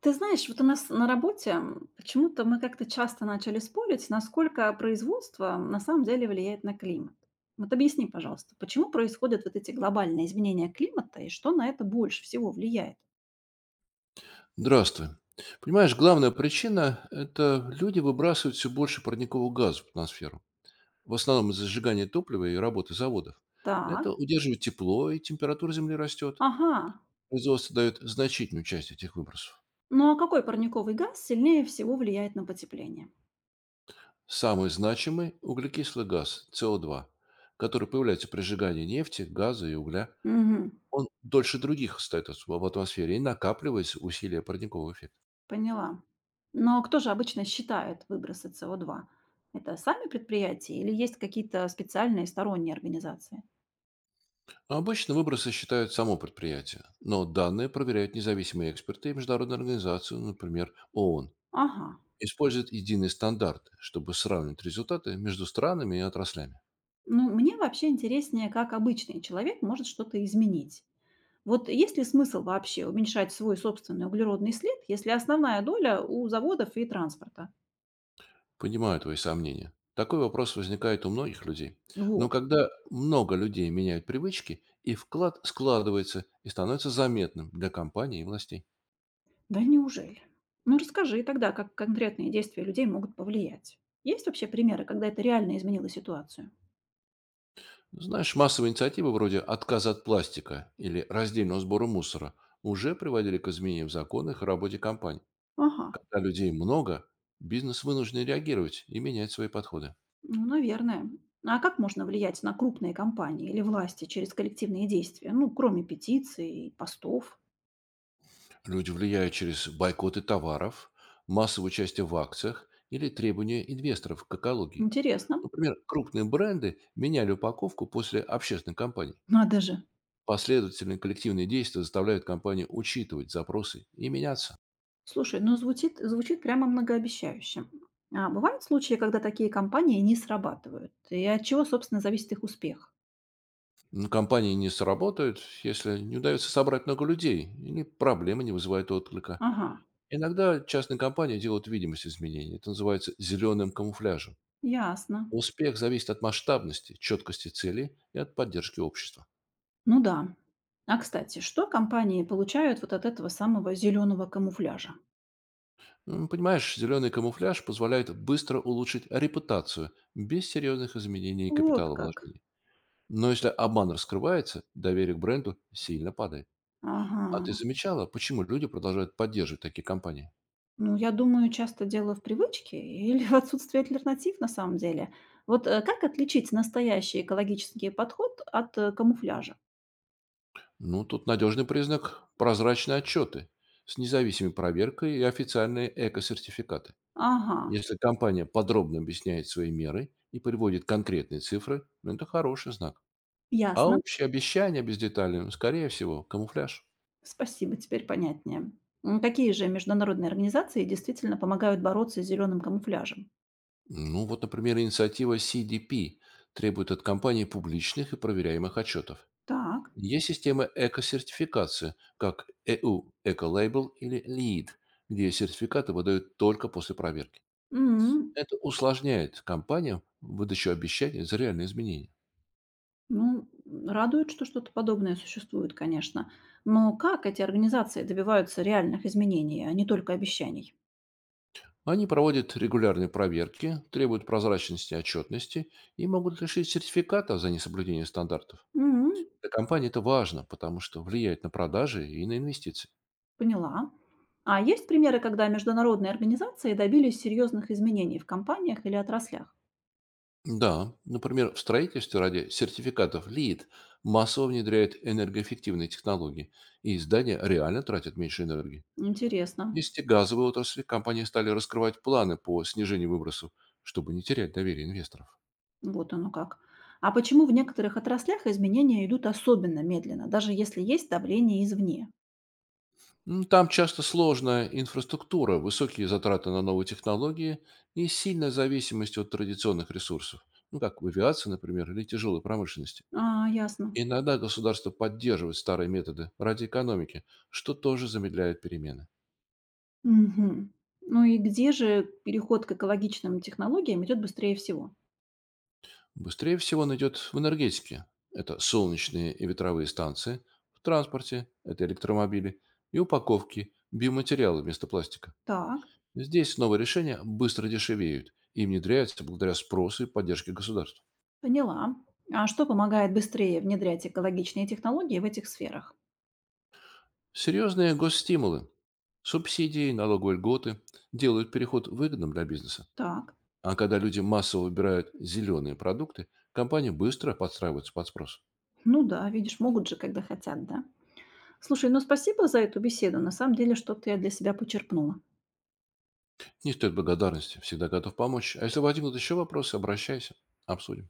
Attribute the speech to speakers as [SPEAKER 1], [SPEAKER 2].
[SPEAKER 1] Ты знаешь, вот у нас на работе почему-то мы как-то часто начали спорить, насколько производство на самом деле влияет на климат. Вот объясни, пожалуйста, почему происходят вот эти глобальные изменения климата и что на это больше всего влияет?
[SPEAKER 2] Здравствуй. Понимаешь, главная причина — это люди выбрасывают все больше парникового газа в атмосферу. В основном из-за сжигания топлива и работы заводов.
[SPEAKER 1] Так,
[SPEAKER 2] Это удерживает тепло, и температура Земли растет.
[SPEAKER 1] ага.
[SPEAKER 2] Производство дает значительную часть этих выбросов.
[SPEAKER 1] Ну а какой парниковый газ сильнее всего влияет на потепление?
[SPEAKER 2] Самый значимый — углекислый газ, СО2, который появляется при сжигании нефти, газа и угля.
[SPEAKER 1] Угу,
[SPEAKER 2] Он дольше других остается в атмосфере и накапливается усилие парникового эффекта.
[SPEAKER 1] поняла. Но кто же обычно считает выбросы СО2? Это сами предприятия или есть какие-то специальные сторонние организации?
[SPEAKER 2] Обычно выбросы считают само предприятие, но данные проверяют независимые эксперты и международные организации, например, ООН.
[SPEAKER 1] Ага.
[SPEAKER 2] Используют единые стандарты, чтобы сравнить результаты между странами и отраслями.
[SPEAKER 1] Ну, мне вообще интереснее, как обычный человек может что-то изменить. Вот есть ли смысл вообще уменьшать свой собственный углеродный след, если основная доля у заводов и транспорта?
[SPEAKER 2] Понимаю твои сомнения. Такой вопрос возникает у многих людей. Но
[SPEAKER 1] Вот.
[SPEAKER 2] когда много людей меняют привычки, и вклад складывается и становится заметным для компаний и властей.
[SPEAKER 1] Да неужели? Ну, расскажи тогда, как конкретные действия людей могут повлиять. Есть вообще примеры, когда это реально изменило ситуацию?
[SPEAKER 2] Знаешь, массовые инициативы вроде отказа от пластика или раздельного сбора мусора уже приводили к изменениям в законах и работе компаний.
[SPEAKER 1] Ага,
[SPEAKER 2] Когда людей много, бизнес вынужден реагировать и менять свои подходы.
[SPEAKER 1] ну, наверное. А как можно влиять на крупные компании или власти через коллективные действия? Ну, кроме петиций и постов.
[SPEAKER 2] Люди влияют через бойкоты товаров, массовое участие в акциях или требования инвесторов к экологии.
[SPEAKER 1] Интересно.
[SPEAKER 2] Например, крупные бренды меняли упаковку после общественной кампании.
[SPEAKER 1] Надо же.
[SPEAKER 2] Последовательные коллективные действия заставляют компании учитывать запросы и меняться.
[SPEAKER 1] Слушай, ну звучит прямо многообещающе. А бывают случаи, когда такие компании не срабатывают? И от чего, собственно, зависит их успех?
[SPEAKER 2] Но компании не сработают, если не удается собрать много людей или проблемы не вызывают отклика.
[SPEAKER 1] Ага,
[SPEAKER 2] Иногда частные компании делают видимость изменений. Это называется зеленым камуфляжем.
[SPEAKER 1] ясно.
[SPEAKER 2] Успех зависит от масштабности, четкости целей и от поддержки общества.
[SPEAKER 1] Ну да. А кстати, что компании получают вот от этого самого зеленого камуфляжа?
[SPEAKER 2] Понимаешь, зеленый камуфляж позволяет быстро улучшить репутацию без серьезных изменений
[SPEAKER 1] Вот
[SPEAKER 2] капитала
[SPEAKER 1] как.
[SPEAKER 2] вложений. Но если обман раскрывается, доверие к бренду сильно падает. А ты
[SPEAKER 1] Ага.
[SPEAKER 2] замечала, почему люди продолжают поддерживать такие компании?
[SPEAKER 1] Ну, я думаю, часто дело в привычке или в отсутствии альтернатив на самом деле. Вот как отличить настоящий экологический подход от камуфляжа?
[SPEAKER 2] Ну, тут надежный признак — прозрачные отчеты с независимой проверкой и официальные эко-сертификаты.
[SPEAKER 1] Ага,
[SPEAKER 2] Если компания подробно объясняет свои меры и приводит конкретные цифры, ну, это хороший знак. А
[SPEAKER 1] ясно.
[SPEAKER 2] общие обещания без деталей, скорее всего, камуфляж.
[SPEAKER 1] Спасибо, теперь понятнее. Какие же международные организации действительно помогают бороться с зеленым камуфляжем?
[SPEAKER 2] Ну вот, например, инициатива CDP требует от компании публичных и проверяемых отчетов.
[SPEAKER 1] Так.
[SPEAKER 2] Есть системы эко-сертификации, как EU Ecolabel или LEED, где сертификаты выдают только после проверки.
[SPEAKER 1] М,
[SPEAKER 2] Это усложняет компаниям выдачу обещаний за реальные изменения.
[SPEAKER 1] Ну, радует, что что-то подобное существует, конечно. Но как эти организации добиваются реальных изменений, а не только обещаний?
[SPEAKER 2] Они проводят регулярные проверки, требуют прозрачности и отчетности и могут лишить сертификата за несоблюдение стандартов.
[SPEAKER 1] М,
[SPEAKER 2] Для компании это важно, потому что влияет на продажи и на инвестиции.
[SPEAKER 1] Поняла. А есть примеры, когда международные организации добились серьезных изменений в компаниях или отраслях?
[SPEAKER 2] Да, например, в строительстве ради сертификатов Лид массово внедряют энергоэффективные технологии, и здания реально тратят меньше энергии. В
[SPEAKER 1] Интересно.
[SPEAKER 2] нефтегазовой отрасли компании стали раскрывать планы по снижению выбросов, чтобы не терять доверие инвесторов.
[SPEAKER 1] Вот оно как. А почему в некоторых отраслях изменения идут особенно медленно, даже если есть давление извне?
[SPEAKER 2] Там часто сложная инфраструктура, высокие затраты на новые технологии и сильная зависимость от традиционных ресурсов, ну как в авиации, например, или тяжелой промышленности.
[SPEAKER 1] А, ясно.
[SPEAKER 2] Иногда государство поддерживает старые методы ради экономики, что тоже замедляет перемены.
[SPEAKER 1] Мгм. Ну и где же переход к экологичным технологиям идет быстрее всего?
[SPEAKER 2] Быстрее всего он идет в энергетике. Это солнечные и ветровые станции, в транспорте — это электромобили, и упаковки, биоматериалы вместо пластика.
[SPEAKER 1] Так,
[SPEAKER 2] Здесь новые решения быстро дешевеют и внедряются благодаря спросу и поддержке государства.
[SPEAKER 1] поняла. А что помогает быстрее внедрять экологичные технологии в этих сферах?
[SPEAKER 2] Серьезные госстимулы, субсидии, налоговые льготы делают переход выгодным для бизнеса.
[SPEAKER 1] Так.
[SPEAKER 2] А когда люди массово выбирают зеленые продукты, компания быстро подстраивается под спрос.
[SPEAKER 1] Ну да, видишь, могут же, когда хотят, да? Слушай, ну спасибо за эту беседу. На самом деле, что-то я для себя почерпнула.
[SPEAKER 2] Не стоит благодарности, всегда готов помочь. А если возникнут еще вопросы, обращайся, обсудим.